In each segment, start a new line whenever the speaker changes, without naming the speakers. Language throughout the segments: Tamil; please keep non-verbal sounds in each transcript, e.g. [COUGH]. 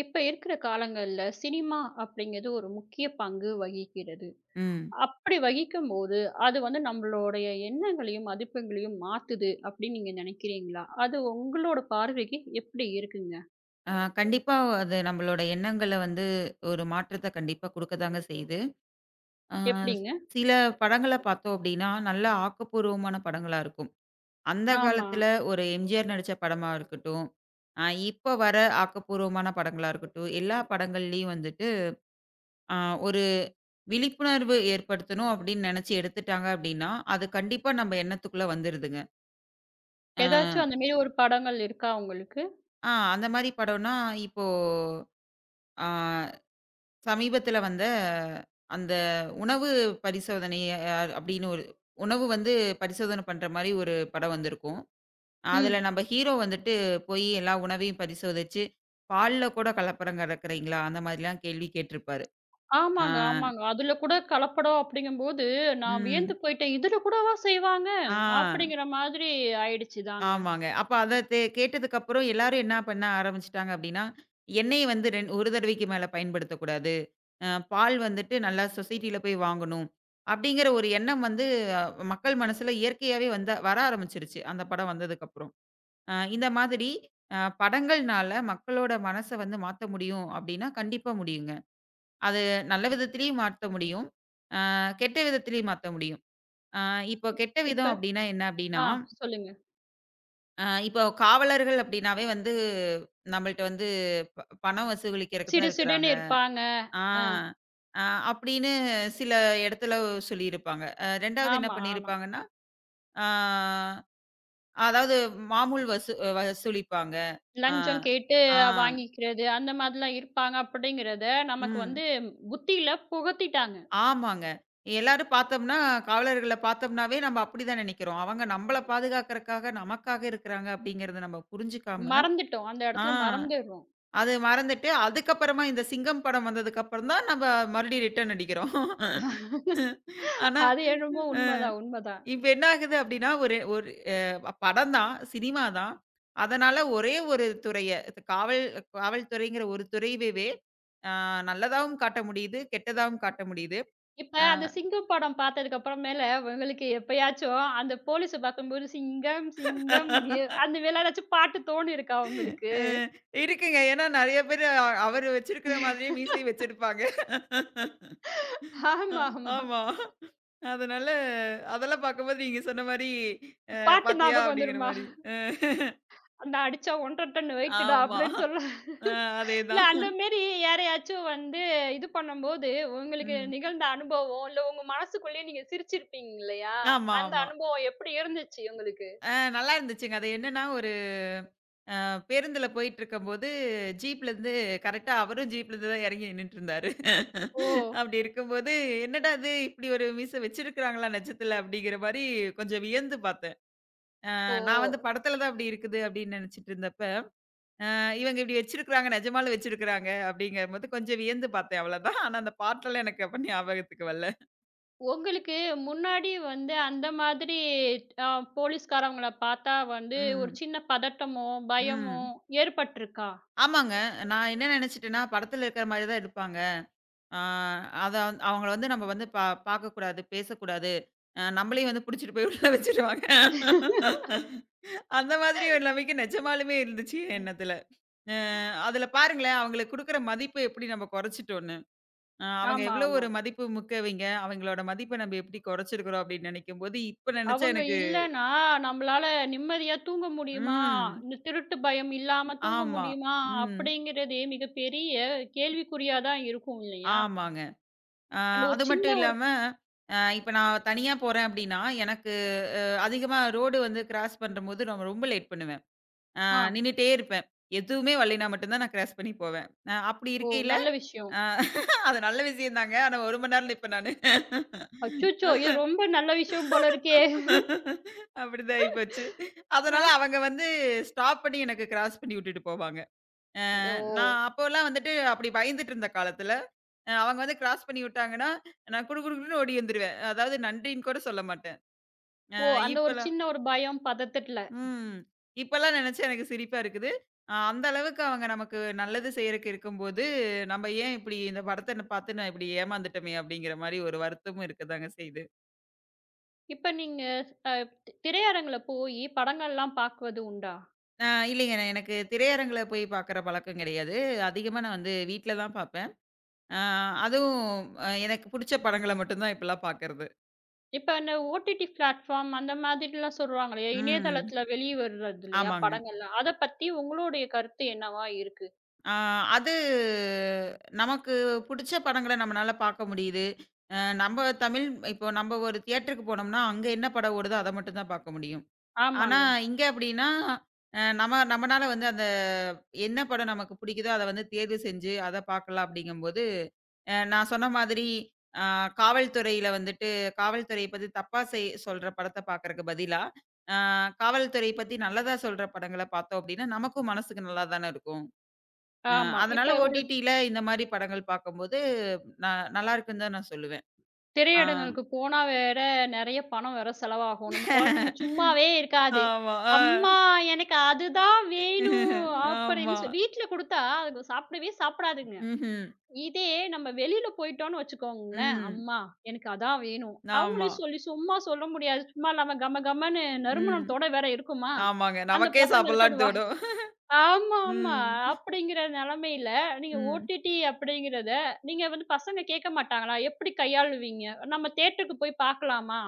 இப்ப இருக்கிற காலங்கள்ல சினிமா அப்படிங்கிறது ஒரு முக்கிய பங்கு வகிக்கிறது.
ம்.
அப்படி வகிக்கும்போது, அது வந்து நம்மளுடைய எண்ணங்களையும், மதிப்புகளையும் மாத்துது அப்படின்னு நீங்க நினைக்கிறீங்களா? அது உங்களோட பார்வைக்கு எப்படி இருக்குங்க?
கண்டிப்பா அது நம்மளோட எண்ணங்கள வந்து ஒரு மாற்றத்த கண்டிப்பா குடுக்கதாங்க செய்யுது. அ
எப்படிங்க?
சில படங்கள பார்த்தோம் அப்டின்னா, நல்ல ஆக்கப்பூர்வமான படங்களா இருக்கும். அந்த
ஆமா.
காலத்துல ஒரு எம்ஜிஆர் நடிச்ச படமா இருக்கட்டும், அ இப்ப வர ஆக்கப்பூர்வமான படங்களா இருக்கட்டும், எல்லா படங்கள்லயும் வந்துட்டு அ ஒரு விழிப்புணர்வு ஏற்படுத்தணும் அப்டின்னு நெனச்சு எடுத்துட்டாங்க அப்டின்னா, அது கண்டிப்பா நம்ம எண்ணத்துக்குள்ள வந்துருதுங்க. அ,
ஏதாச்சும் அந்த மாரி ஒரு படங்கள் இருக்கா உங்களுக்கு?
ஆ, அந்த மாரி படம்னா இப்போ, ஆ சமீபத்தில வந்த அந்த உணவு பரிசோதனை அப்படின்னு ஒரு உணவு வந்து பரிசோதனை பண்ற மாரி ஒரு படம் வந்திருக்கும். அதில
ம்.
நம்ம ஹீரோ வந்துட்டு போய் எல்லா உணவையும் பரிசோதிச்சு, பால்ல கூட கலப்படம் கலக்குறீங்களா? அந்த மாதிரிலாம் கேள்வி கேட்டிருப்பாரு. ஆ,
ஆமாங்க, ஆமாங்க. அதுல கூட கலப்படம் அப்படிங்கும்போது, நான் வியந்து
ம்.
போயிட்டேன். "இதுல கூடவா செய்வாங்க?"
ஆ,
அப்படிங்கிற மாதிரி ஆயிடுச்சுதாங்க.
ஆமாங்க. அப்ப அத கேட்டதுக்கப்புறம் எல்லாரும் என்ன பண்ண ஆரம்பிச்சுட்டாங்க அப்படின்னா, எண்ணெய வந்து ஒரு தடவைக்கு மேல பயன்படுத்தக்கூடாது. பால் வந்துட்டு நல்லா சொசைட்டில போய் வாங்கணும். அப்படிங்கிற ஒரு எண்ணம் வந்து மக்கள் மனசுல இயற்கையாவே வந்த வர ஆரம்பிச்சுருச்சு. அந்த படம் வந்ததுக்கப்புறம். இந்த மாதிரி படங்கள்னால மக்களோட மனச வந்து மாத்த முடியும் அப்படின்னா, கண்டிப்பா முடியுங்க. அது நல்ல விதத்திலயும் மாத்த முடியும். அ கெட்ட விதத்திலயும் மாத்த முடியும். அ இப்போ கெட்ட
இப்ப
விதம் அப்படின்னா என்ன அப்படின்னா,
ஆ சொல்லுங்க.
இப்போ காவலர்கள் அப்படின்னாவே வந்து நம்மள்ட்ட வந்து ப பணம் வசூலிக்கிறதுக்கு தான்
சிடு சிடுன்னு
இருக்கிறாங்க.
இருப்பாங்க.
ஆ.
அ.
அ அப்படின்னு சில இடத்துல சொல்லியிருப்பாங்க. 2வது என்ன
ஆமா, ஆமா.
பண்ணியிருப்பாங்கன்னா, ஆ அதாவது மாமூல் வசூலிப்பாங்க. ஆ,
லஞ்சம் கேட்டு
ஆ,
வாங்கிக்கிறது, அந்த மாதிரிலாம் இருப்பாங்க அப்படிங்கிறத நமக்கு
ம்.
வந்து புத்தியில புகுத்திட்டாங்க.
ஆமாங்க. எல்லாரும் பார்த்தோம்னா, காவலர்கள பார்த்தோம்னாவே நம்ம அப்படிதான் நினைக்கிறோம். அவங்க நம்மள பாதுகாக்கறக்காக, நமக்காக இருக்கிறாங்க அப்படிங்கிறத நம்ம புரிஞ்சுக்காம,
மறந்துட்டோம். அந்த
ஆ
இடத்துல மறந்துடுறோம்.
அது மறந்துட்டு, அதுக்கப்புறமா இந்த சிங்கம் படம் வந்ததுக்கு அப்புறம் தான் நம்ம மறுபடியும் ரிட்டர்ன் அடிக்கிறோம். ஆனா,
அது என்னமோ
அ.
உண்மதான், உண்மதான்.
இப்ப என்ன ஆகுது அப்டின்னா, ஒரு ஒரு படம் தான், சினிமா தான். அதனால ஒரே ஒரு துறைய இது காவல்துறைங்கிற ஒரு துறையவே அ நல்லதாவும் காட்ட முடியுது, கெட்டதாவும் காட்ட முடியுது.
இப்ப
அ
அந்த சிங்கம் படம் பார்த்ததுக்கு அப்புறமேல உங்களுக்கு எப்பயாச்சும் அந்த போலீஸ பார்க்கும்போது சிங்கம், சிங்கம் எ அந்த வேள ஏதாச்சும் பாட்டு தோணியிருக்கா உங்களுக்கு?
அ இருக்குங்க. ஏன்னா நெறைய பேரு அவரு வச்சிருக்கிற மாதிரியே மீசையும் வச்சிருப்பாங்க.
ஆமா, ஆமா.
ஆமா. அதனால அதெல்லாம் பார்க்கும்போது நீங்க சொன்ன மாரி அ
பாட்டு
"பாத்தியா?"
ஞாபகம்
அப்டிங்கிற
வந்துருமா?
மாரி. அ
"நான் அடிச்சா 1 1/2 டன் வெயிட்டுடா"
ஆமா.
அப்படின்னு சொல்ல
அ
இல்ல
அதேதான்.
அந்த மாரி யாரையாச்சும் வந்து இது பண்ணும்போது, உங்களுக்கு
ம்.
நிகழ்ந்த அனுபவம், இல்ல உங்க மனசுக்குள்ளயே நீங்க சிரிச்சிருப்பீங்க இல்லையா?
ஆமா,
அந்த
ஆமா.
அனுபவம் எப்படி இருந்துச்சு உங்களுக்கு?
ஆ நல்லா இருந்துச்சுங்க. அது என்னன்னா, ஒரு பேருந்துல போயிட்டுருக்கும்போது, ஜீப்லேருந்து கரெக்ட்டா அவரும் ஜீப்லேருந்து தான் இறங்கி நின்னுட்டுருந்தாரு.
ஓ!
அப்படி இருக்கும்போது, "என்னடா இது இப்படி ஒரு மீச வச்சிருக்கிறாங்களா நெஜத்துல?" அப்படிங்கிற மாரி கொஞ்சம் வியந்து பார்த்தேன்.
ஓ!
நான் வந்து படத்துல தான் அப்படி இருக்குது அப்படின்னு நெனச்சுட்டு இருந்தப்ப, இவங்க இப்படி வச்சிருக்கிறாங்க, நெஜமாலும் வச்சிருக்கிறாங்க அப்படிங்கும்போது கொஞ்சம் வியந்து பார்த்தேன் அவ்வளோதான். ஆனா அந்த பாட்டெல்லாம் எனக்கு அப்ப ஞாபகத்துக்கு வரல.
உங்களுக்கு முன்னாடி வந்து அந்த மாதிரி அ போலீஸ்காரவங்கள பார்த்தா வந்து ஒரு
ம்.
சின்ன பதட்டமோ, பயமோ
ம்.
ஏற்பட்டுருக்கா?
ஆமாங்க. நான் என்ன நெனச்சுட்டேன்னா, படத்துல இருக்கிற மாரி தான் எடுப்பாங்க. ஆ அத அவங்கள வந்து நம்ம வந்து பார்க்கக்கூடாது, பேசக்கூடாது. நம்மளையும் வந்து புடிச்சிட்டு போய் உள்ள வச்சுருவாங்க. அந்த மாதிரி ஒரு நிலைமைக்கு நெஜமாலுமே இருந்துச்சு
ம். [LAUGHS]
எண்ணத்துல. அ அதுல பாருங்களேன், அவங்களுக்கு குடுக்குற மதிப்பு எப்படி நம்ம குறைச்சுட்டோம்ன்னு. அவங்க
ஆமா,
எவ்வளோ
ஆமா.
ஒரு மதிப்பு மிக்கவைங்க. அவங்களோட மதிப்ப நம்ம எப்படி குறைச்சிருக்கிறோம் அப்படின்னு நினைக்கும்போது, இப்ப நினைச்சா
அவங்க
எனக்கு
இல்லன்னா, நம்மளால நிம்மதியா தூங்க முடியுமா?
ம்.
இந்த திருட்டு பயம் இல்லாம தூங்க
ஆமா.
முடியுமா?
ம்.
அப்படிங்கிறதே மிகப்பெரிய கேள்விக்குறியா தான் இருக்கும் இல்லையா?
ஆமாங்க. அ
அந்த ஒரு
அது மட்டும்
சின்ன ஒரு
இல்லாம, இப்ப நான் தனியா போறேன் அப்படின்னா, எனக்கு அதிகமா ரோடு வந்து கிராஸ் பண்றம்போது நான் ரொம்ப லேட் பண்ணுவேன். அ
ஆ.
நின்னுட்டே இருப்பேன். எதுவுமே வரலைன்னா மட்டும் தான் நான் கிராஸ் பண்ணி போவேன். அப்படி
ஓ!
இருக்கையில
நல்ல விஷயம்.
அ [LAUGHS] அது நல்ல விஷயம் தாங்க. ஆனா 1 மணி நேரம் நிப்பேன் நானு. [LAUGHS]
அச்சச்சோ! இது ரொம்ப நல்ல விஷயம் போல இருக்கே!
அப்படிதான் ஆயிப்போச்சு.
ஆ.
அதனால அவங்க வந்து ஸ்டாப் பண்ணி எனக்கு கிராஸ் பண்ணி விட்டுட்டு போவாங்க.
ஓ!
நான் அப்போலாம் வந்துட்டு அப்படி பயந்துட்டு இருந்த காலத்துல, அவங்க வந்து கிராஸ் பண்ணி விட்டாங்கன்னா, நான் குடு குடு குடுன்னு ஓடி வந்துருவேன். அதாவது நன்றின்னு கூட சொல்ல மாட்டேன். அ
ஓ! அந்த ஒரு
இப்பலாம்
சின்ன ஒரு பயம் பதட்டத்துல.
ம். இப்பலாம் நெனச்சா எனக்கு சிரிப்பா இருக்குது. அந்த அளவுக்கு அவங்க நமக்கு நல்லது செய்றக்கு இருக்கும்போது, நம்ம ஏன் இப்டி இந்த படத்த பாத்து நான் இப்டி ஏமாந்துட்டோமே அப்டிங்கிற மாரி ஒரு வருத்தமும் இருக்கதாங்க செய்யுது.
இப்ப நீங்க அ திரையரங்குல போயி படங்கள்லாம் பார்க்குவது உண்டா?
அ இல்லைங்க, நான் எனக்கு திரையரங்குல போய் பாக்குற பழக்கம் கிடையாது. அதிகமா நான் வந்து வீட்ல தான் பாப்பேன். அ அதுவும் எனக்கு புடிச்ச படங்கள மட்டும் தான் இப்பலாம் பாக்குறது.
இப்ப அந்த ஓடிடி பிளாட்ஃபார்ம் அந்த மாதிரிலாம் சொல்றாங்க இல்லையா?
ம்.
இணையதளத்துல வெளிய வர்றது இல்லையா?
ஆமாங்க.
படங்கள்லாம். அத பத்தி உங்களுடைய கருத்து என்னவா இருக்கு?
ஆ அது நமக்கு புடிச்ச படங்கள நம்மனால பார்க்க முடியுது. அ நம்ப தமிழ் இப்போ நம்ப ஒரு தியேட்டருக்கு போனோம்னா, அங்க என்ன படம் ஓடுதோ அத மட்டும் தான் பார்க்க முடியும். ஆனா,
ஆமாங்க.
இங்க அப்டின்னா, நம்ம நம்மனால வந்து அந்த என்ன படம் நமக்கு புடிக்குதோ, அத வந்து தேர்வு செஞ்சு அத பார்க்கலாம் அப்டிங்கும்போது, நான் சொன்ன மாதிரி அ காவல்துறையில வந்துட்டு காவல்துறைய பத்தி தப்பா சொல்ற படத்த பார்க்கறக்கு பதிலா, அ காவல்துறை பத்தி நல்லதா சொல்ற படங்கள பார்த்தோம் அப்டின்னா, நமக்கும் மனசுக்கு நல்லா தானே இருக்கும்.
ஆமா. இப்ப
அதனால
உங்களுக்கு
ஓடிடில இந்த மாரி படங்கள் பார்க்கும்போது, ந நல்லா இருக்குன்னு தான் நான் சொல்லுவேன். ஆ.
திரையிடங்களுக்கு போனா வேற நெறைய பணம் வேற செலவாகும். நம்ம குழந்தைங்க சும்மாவே
[LAUGHS]
இருக்காது.
ஆமா. ஆ.
"அம்மா எனக்கு அதுதான் வேணும்" அப்படின்னு
ஆமா.
சொல்லி வீட்ல குடுத்தா அதுங்க சாப்பிடவே சாப்பிடாதுங்க.
ம்ஹ்ம்.
இதே நம்ம வெளியில போயிட்டோம்னு வச்சுக்கோங்களேன்,
ம்.
"அம்மா எனக்கு அதான் வேணும்."
ஆமா.
அவங்களையும் சொல்லி சும்மா சொல்ல முடியாது. சும்மா இல்லாம கம கமன்னு
ம்.
நறுமணத்தோட வேற இருக்குமா?
ஆமாங்க.
அந்த
நமக்கே
பசங்களுக்கு அது
சாப்பிடலான்னு
வாய்
தோணும்.
ஆமா, ஆமா.
ம்.
அப்படிங்கிற நெலமையில நீங்க
ம்.
ஓடிடி அப்படிங்கிறத நீங்க வந்து பசங்க கேட்க மாட்டாங்களா? எப்படி கையாளுவீங்க? "நம்ம தியேட்டருக்கு போய் பார்க்கலாமா?"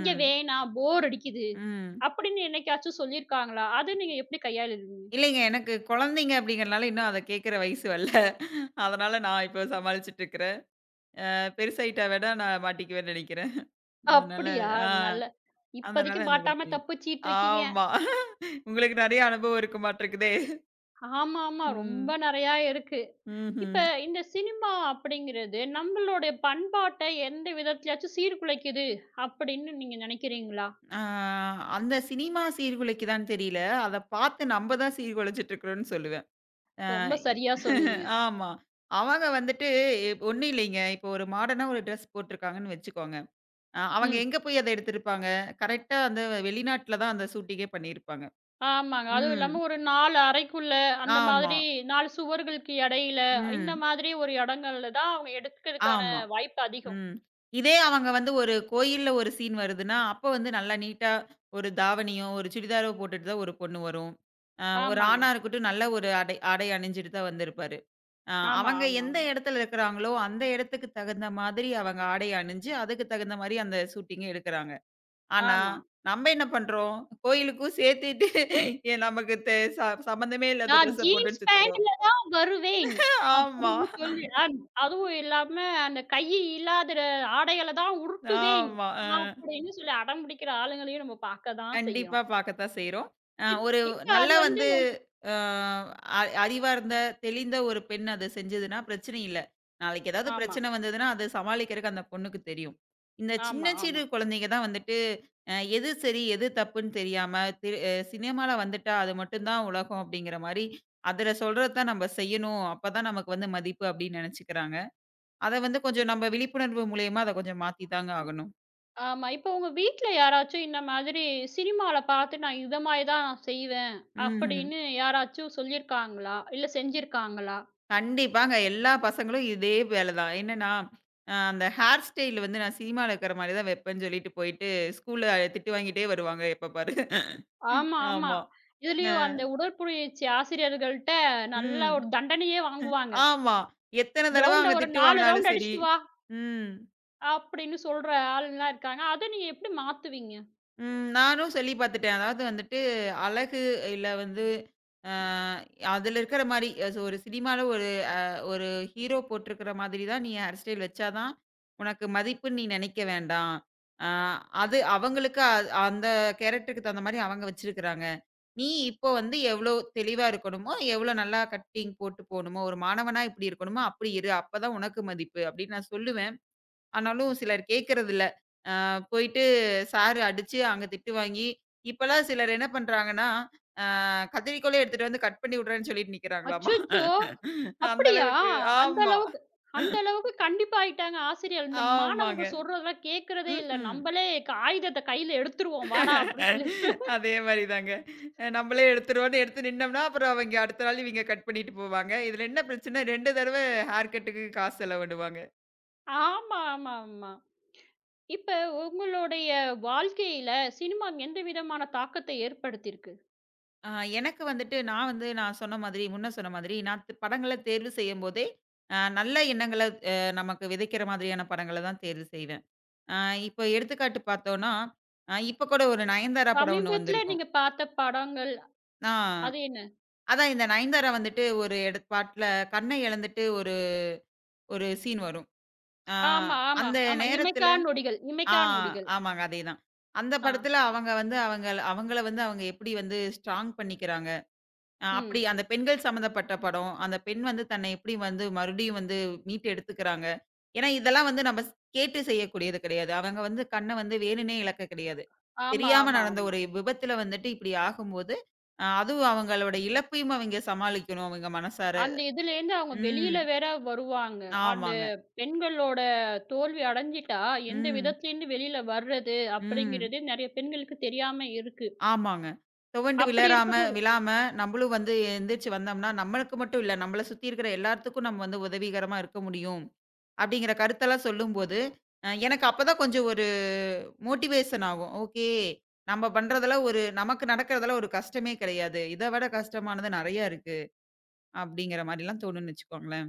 "இங்க வேணாம், போர் அடிக்குது."
ம்.
அப்படின்னு என்னைக்காச்சும் சொல்லியிருக்காங்களா? அத நீங்க எப்படி கையாளுவீங்க?
இல்லைங்க. எனக்கு குழந்தைங்க அப்படிங்கிறனால இன்னும் அத கேட்கிற வயசு வரல. அதனால நான் இப்போ சமாளிச்சுட்டு இருக்கிறேன். பெருசாயிட்டா வேணா நான் மாட்டிக்குவேன்னு நினைக்கிறேன். அதனால
அப்படியா?
ஆ.
நல்ல
அதனால
இப்போதைக்கு
அந்த
மாட்டாம
பிரச்சனை.
தப்பிச்சிட்டு இருக்கீங்க.
ஆமா. உங்களுக்கு நெறைய அனுபவம் இருக்க மாட்டிருக்குதே.
ஆமாமா.
ம்.
ரொம்ப நெறையா இருக்கு.
ம்ஹ்ம்.
இப்ப இந்த சினிமா அப்படிங்கிறது, நம்மளுடைய பண்பாட்ட எந்த விதத்திலயாச்சும் சீர்குலைக்குது அப்படின்னு நீங்க நெனைக்கிறீங்களா?
ஆ அந்த சினிமா சீர்குலைக்குதான்னு தெரியல. அத பார்த்து நம்ப தான் சீர்குலைச்சிட்டு இருக்கிறோம்னு சொல்லுவேன். அ
ரொம்ப
இ
சரியா சொன்னீங்க.
ஆமா. அவங்க வந்துட்டு ஒண்ணும் இல்லைங்க. இப்போ ஒரு மாடர்னா ஒரு ட்ரெஸ் போட்டிருக்காங்கன்னு வச்சுக்கோங்க. அவங்க
ம்.
எங்க போய் அத எடுத்திருப்பாங்க? கரெக்ட்டா அந்த வெளிநாட்ல தான் அந்த ஷூட்டிங்கே பண்ணியிருப்பாங்க.
ஆமாங்க. அதுவும்
ம்.
இல்லாம ஒரு 4 அறைக்குள்ள, அந்த
ஆமா.
மாதிரி 4 சுவர்களுக்கு எடையில, இந்த
ம்.
மாதிரி ஒரு இடங்கள்ல தான் அவங்க எடுக்கறதுக்கான
ஆமா.
வாய்ப்பு அதிகம்.
ம். இதே அவங்க வந்து ஒரு கோயில்ல ஒரு சீன் வருதுன்னா, அப்ப வந்து நல்லா நீட்டா ஒரு தாவணியோ, ஒரு சுடிதாரோ போட்டுட்டு தான் ஒரு பொண்ணு வரும். ஒரு
ஆமாங்க.
ஆணா இருக்கட்டும், நல்ல ஒரு ஆடை ஆடை அணிஞ்சுட்டு தான் வந்திருப்பாரு. அ
ஆமா,
அவங்க
ஆமா,
எந்த
ஆமா.
இடத்துல இருக்கிறாங்களோ, அந்த இடத்துக்கு தகுந்த மாதிரி அவங்க ஆடை அணிஞ்சு, அதுக்கு தகுந்த மாரி அந்த ஷூட்டிங்க எடுக்குறாங்க. ஆனா,
ஆமா.
நம்ம என்ன பண்றோம்? கோயிலுக்கும் சேர்த்துட்டு ஏ [LAUGHS] நமக்கு தெ ச சம்மந்தமே இல்லாத
நான்
ட்ரெஸ்ஸ
ஜீன்ஸ்
போட்டுட்டு சுத்துறோம்.
பேண்ட் வருவேன்.
ஆமா,
அப்படின்னு சொல்லி ம். அதுவும் இல்லாம அந்த கை இல்லாத ஆடைகள தான் உருட்டுவேன்.
ஆமா. அ.
அப்படின்னு சொல்லி அடம் பிடிக்கிற ஆளுங்களையும் நம்ம பார்க்க தான்
கண்டிப்பா
செய்றோம்.
பார்க்கத்தான் செய்றோம்.
இப்
ஒரு
இப்ப அது
நல்லா
வந்து
வந்து அ அ அறிவார்ந்த, தெளிந்த ஒரு பெண் அது செஞ்சதுன்னா பிரச்சனை இல்ல. நாளைக்கு ஏதாவது
ஆமா,
பிரச்சனை வந்ததுன்னா, அது சமாளிக்கிறக்கு அந்த பொண்ணுக்கு தெரியும். இந்த சின்ன
ஆமா,
சிறு
ஆமா.
குழந்தைங்க தான் வந்துட்டு, எது சரி, எது தப்புன்னு தெரியாம, திரு அ சினிமால வந்துட்டா அது மட்டும் தான் உலகம் அப்படிங்கிற மாரி, அதுல சொல்றது தான் நம்ம செய்யணும். அப்பதான் நமக்கு வந்து மதிப்பு அப்படின்னு நெனச்சுக்கிறாங்க. அத வந்து
இப்
கொஞ்சம் நம்ம விழிப்புணர்வு மூலியமா அத கொஞ்சம் மாத்தி தாங்க ஆகணும்.
ஆமா. இப்ப உங்க வீட்ல யாராச்சும் இந்த மாதிரி சினிமால பார்த்து நான் இத மாரி தான் நான் செய்வேன்.
ம்ஹ்ம்.
அப்படின்னு யாராச்சும் சொல்லியிருக்காங்களா? இல்ல செஞ்சிருக்காங்களா?
கண்டிப்பாங்க. எல்லா பசங்களும் இதே வேல தான். என்னன்னா, அந்த ஹேர் ஸ்டைல் வந்து நான் சினிமால இருக்கிற மாரி தான் வைப்பேன்னு சொல்லிட்டு போயிட்டு, ஸ்கூல்ல திட்டு வாங்கிட்டே வருவாங்க எப்ப பாரு.
ஆமா, ஆமா.
ஆமா. அ
இதுலயும் அந்த உடற்புயிற்சி ஆசிரியர்கள்ட்ட நல்லா
ம்.
ஒரு தண்டனையே வாங்குவாங்க.
ஆமா. எத்தன தடவ
கிரவுண்ட
அவங்க
ஒரு
திட்டு
4
வாங்குனாலும்
ரவுண்ட்
சரி.
அடிச்சுட்டு வா.
ம்.
அப்படின்னு சொல்ற ஆளுங்கலாம் இருக்காங்க. அத நீங்க எப்படி மாத்துவீங்க?
ம். நானும் சொல்லி பார்த்துட்டேன். அதாவது வந்துட்டு அழகு இல்ல வந்து அ அதில இருக்கிற மாரி, ஒரு சினிமால ஒரு ஹீரோ போட்டிருக்கிற மாதிரி தான் நீ ஹேர் ஸ்டைல் வச்சா தான் உனக்கு மதிப்புன்னு நீ நினைக்க வேண்டாம். அ அது அவங்களுக்கு அந்த கேரக்டருக்கு தகுந்த மாரி அவங்க வச்சிருக்கிறாங்க. நீ இப்போ வந்து எவ்ளோ தெளிவா இருக்கணுமோ, எவ்ளோ நல்லா கட்டிங் போட்டு போணுமோ, ஒரு மாணவனா இப்படி இருக்கணுமோ அப்படி இரு. அப்பதான் உனக்கு மதிப்பு அப்படின்னு நான் சொல்லுவேன். ஆனாலும் சிலர் கேட்கறதில்ல. போயிட்டு சார் அடிச்சு அங்க திட்டு வாங்கி, இப்பலாம் சிலர் என்ன பண்றாங்கன்னா, அ கத்தரிக்கோலே எடுத்துட்டு வந்து கட் பண்ணி விடுறேன்னு சொல்லிட்டு நிக்கிறாங்களாமா.
அச்சச்சோ!
அந்த
அப்படியா?
அளவுக்கு
அந்த
ஆமா.
அளவுக்கு அந்த அளவுக்கு கண்டிப்பாயிட்டாங்க ஆசிரியர். இந்த
ஆமாங்க.
மாணவர்கள் சொல்றதெல்லாம் கேட்கிறதே இல்ல.
ம்ஹ்ம்.
நம்பளே ஆயுதத்த கையில எடுத்துருவோம் வாடா! அப்படின்னு சொல்லிட்டு.
அதே மாரி தாங்க. நம்மளே எடுத்துருவோம்ன்னு எடுத்து நின்னோம்னா, அப்புறம் அவைங்க அடுத்த நாள் இவைங்க கட் பண்ணிட்டு போவாங்க. இதுல என்ன பிரச்சனை 2 தடவ ஹேர் கட்டுக்கு காசு செலவிடுவாங்க.
ஆமா, ஆமா, ஆமா. இப்ப உங்களுடைய வாழ்க்கையில சினிமா எந்த விதமான தாக்கத்தை ஏற்படுத்தியிருக்கு?
ஆ எனக்கு வந்துட்டு நான் சொன்ன மாதிரி, முன்ன சொன்ன மாதிரி, நான் படங்கள தேர்வு செய்யும்போதே, நல்ல எண்ணங்கள அ நமக்கு விதைக்கிற மாதிரியான படங்கள தான் தேர்வு செய்வேன். அ இப்போ எடுத்துக்காட்டு பார்த்தோம்னா, இப்ப கூட ஒரு
ச
நயன்தாரா படம் ஒண்ணு
சமீபத்தில
வந்திருக்கும்.
நீங்க பார்த்த படங்கள்
ஆ
அது என்ன?
அதான் இந்த நயன்தாரா வந்துட்டு ஒரு பாட்டுல கண்ண இழந்துட்டு ஒரு ஒரு சீன் வரும். ஆ
ஆமா, ஆமா,
அந்த
ஆமா.
நேரத்துல
இமைக்கா நொடிகள்
ஆ
இமைக்கா நொடிகள்.
ஆமாங்க. அதேதான். அந்த
ஆ.
படத்துல அவங்கள வந்து அவங்க எப்படி வந்து ஸ்ட்ராங் பண்ணிக்கிறாங்க. அப்படி
ம்.
அந்த பெண்கள் சம்மந்தப்பட்ட படம். அந்த பெண் வந்து தன்னை எப்படி வந்து மறுபடியும் வந்து மீட்டு எடுத்துக்கிறாங்க. ஏன்னா, இதெல்லாம் வந்து நம்ம கேட்டு செய்யக்கூடியது கிடையாது. அவங்க வந்து கண்ண வந்து வேணும்னே இழக்க கிடையாது.
ஆமா,
தெரியாம
ஆமா,
நடந்த
ஆமா.
ஒரு விபத்துல வந்துட்டு இப்படி ஆகும்போது, அதுவும் அவங்களோட இழப்பையும் அவங்க சமாளிக்கணும் அவங்க மனசார.
அந்த இதுலேருந்து அவங்க வெளியில
ம்.
வேற வருவாங்க. அந்த
ஆமாங்க.
பெண்களோட தோல்வி அடைஞ்சிட்டா, எந்த
ம்.
விதத்துலேருந்து வெளியில வர்றது
ம்.
அப்படிங்கிறதே நெறைய பெண்களுக்கு தெரியாம இருக்கு.
ஆமாங்க. துவண்டு
அப்படி இருக்கும்போது,
விழாம நம்மளும் வந்து எந்திரிச்சு வந்தோம்னா, நம்மளுக்கு மட்டும் இல்ல, நம்மள சுத்தி இருக்கிற எல்லாத்துக்கும் நம்ம வந்து உதவிகரமா இருக்க முடியும். அப்படிங்கிற கருத்தெல்லாம் சொல்லும்போது, எனக்கு அப்பதான் கொஞ்சம் ஒரு மோட்டிவேஷன் ஆகும். ஓகே. நம்ம பண்றதுல ஒரு நமக்கு நடக்கிறதுல ஒரு கஷ்டமே கிடையாது. இத விட கஷ்டமானது நெறைய இருக்கு. அப்படிங்கிற மாரிலாம் தோணும்னு வச்சுக்கோங்களேன்.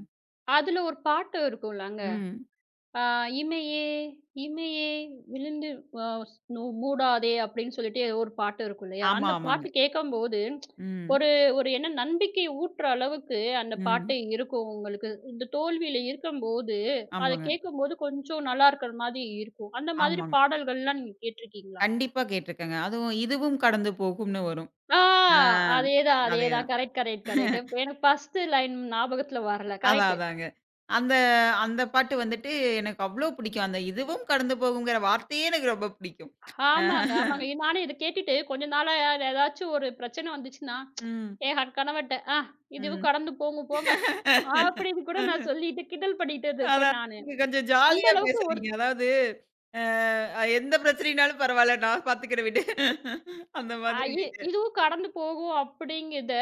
அதுல ஒரு பாட்டு இருக்கும்லங்க.
ம்.
ஆ, "இமையே, இமையே விழுந்து அ ஸ் நு மூடாதே" அப்படின்னு சொல்லிட்டு ஏதோ ஒரு பாட்டு இருக்கும் இல்லையா?
ஆமா,
அந்த
ஆமாங்க.
பாட்டு கேட்கும்போது,
ம்,
ஒரு ஒரு என்ன நம்பிக்கை ஊட்டுற அளவுக்கு அந்த
ம்.
பாட்டு இருக்கும் உங்களுக்கு. இந்த தோல்வியில இருக்கும்போது, அத
ஆமாங்க,
கேட்கும்போது கொஞ்சம் நல்லா இருக்கிற மாதிரி இருக்கும். அந்த மாதிரி
ஆமாங்க.
பாடல்கள்லாம் நீங்க கேட்டுருக்கீங்களா?
கண்டிப்பா கேட்டுருக்கேங்க. அதுவும் இதுவும் கடந்து போகும்னு வரும்.
ஆ
ஆ
அதேதான், அதேதான்.
அதேதான்.
Correct, correct, correct. எனக்கு ஃபர்ஸ்ட் லைன் ஞாபகத்துல வரல.
அதான்,
கரெக்ட்.
அதாங்க. அந்த அந்த பாட்டு வந்துட்டு எனக்கு அவ்ளோ பிடிக்கும். அந்த "இதுவும் கடந்து போகுங்கிற" வார்த்தையே எனக்கு ரொம்ப பிடிக்கும். அ
ஆமாங்க, ஆமாங்க. நானே இத கேட்டுட்டு கொஞ்ச நாளா ஏதாச்சும் ஒரு பிரச்சனை வந்துச்சுன்னா,
ம்,
என் கணவர்ட்ட, இதுவும்
ம்.
கடந்து போங்க போங்க" அப்படின்னு கூட நான் சொல்லிட்டு கிண்டல் பண்ணிட்டது இப்ப
அதான்
நானு.
நீங்க கொஞ்சம்
அந்த
ஜாலியா
அளவுக்கு
பேசுறீங்க. அதாவது எந்த பிரச்சனைனாலும் பரவால்ல நான் பாத்துக்கிறேன் விடு. அந்த
அ
மாதிரி
இ
நீங்க.
இதுவும் கடந்து போகும் அப்படிங்கிறத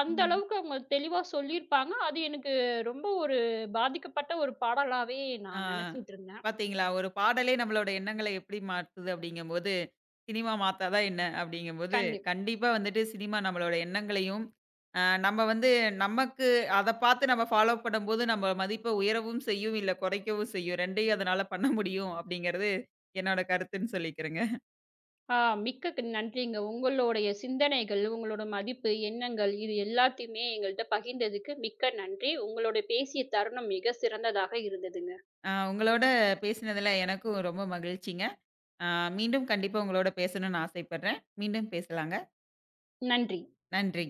அந்த
ம்.
அளவுக்கு அவங்க தெளிவா சொல்லியிருப்பாங்க. அது எனக்கு ரொம்ப ஒரு பாதிக்கப்பட்ட ஒரு பாடலாவே
ஆ.
நான் நினைச்சிட்டு இருந்தேன்.
பாத்தீங்களா? ஒரு பாடலே நம்மளோட எண்ணங்கள எப்படி மாத்துது அப்படிங்கும்போது, சினிமா மாத்தாதா என்ன? அப்படிங்கும்போது,
கண்டிப்பா.
கண்டிப்பா வந்துட்டு சினிமா நம்மளோட எண்ணங்களையும், அ நம்ம வந்து நமக்கு அத பாத்து நம்ம ஃபாலோ பண்ணும்போது நம்ம மதிப்ப உயரவும் செய்யும், இல்ல குறைக்கவும் செய்யும். 2யும் அதனால பண்ண முடியும் அப்படிங்கிறது என்னோட கருத்துன்னு சொல்லிக்கிறேங்க.
ஆ மிக்க நன்றிங்க. உங்களுடைய சிந்தனைகள், உங்களோட மதிப்பு, எண்ணங்கள் இது எல்லாத்தையுமே எங்கள்ட்ட பகிர்ந்ததுக்கு மிக்க நன்றி. உங்களோட பேசிய தருணம் மிக சிறந்ததாக இருந்ததுங்க.
உங்களோட பேசினதுல எனக்கும் ரொம்ப மகிழ்ச்சிங்க. அ மீண்டும் கண்டிப்பா உங்களோட பேசணும்னு ஆசைப்படுறேன். மீண்டும் பேசலாங்க.
நன்றி.
நன்றி.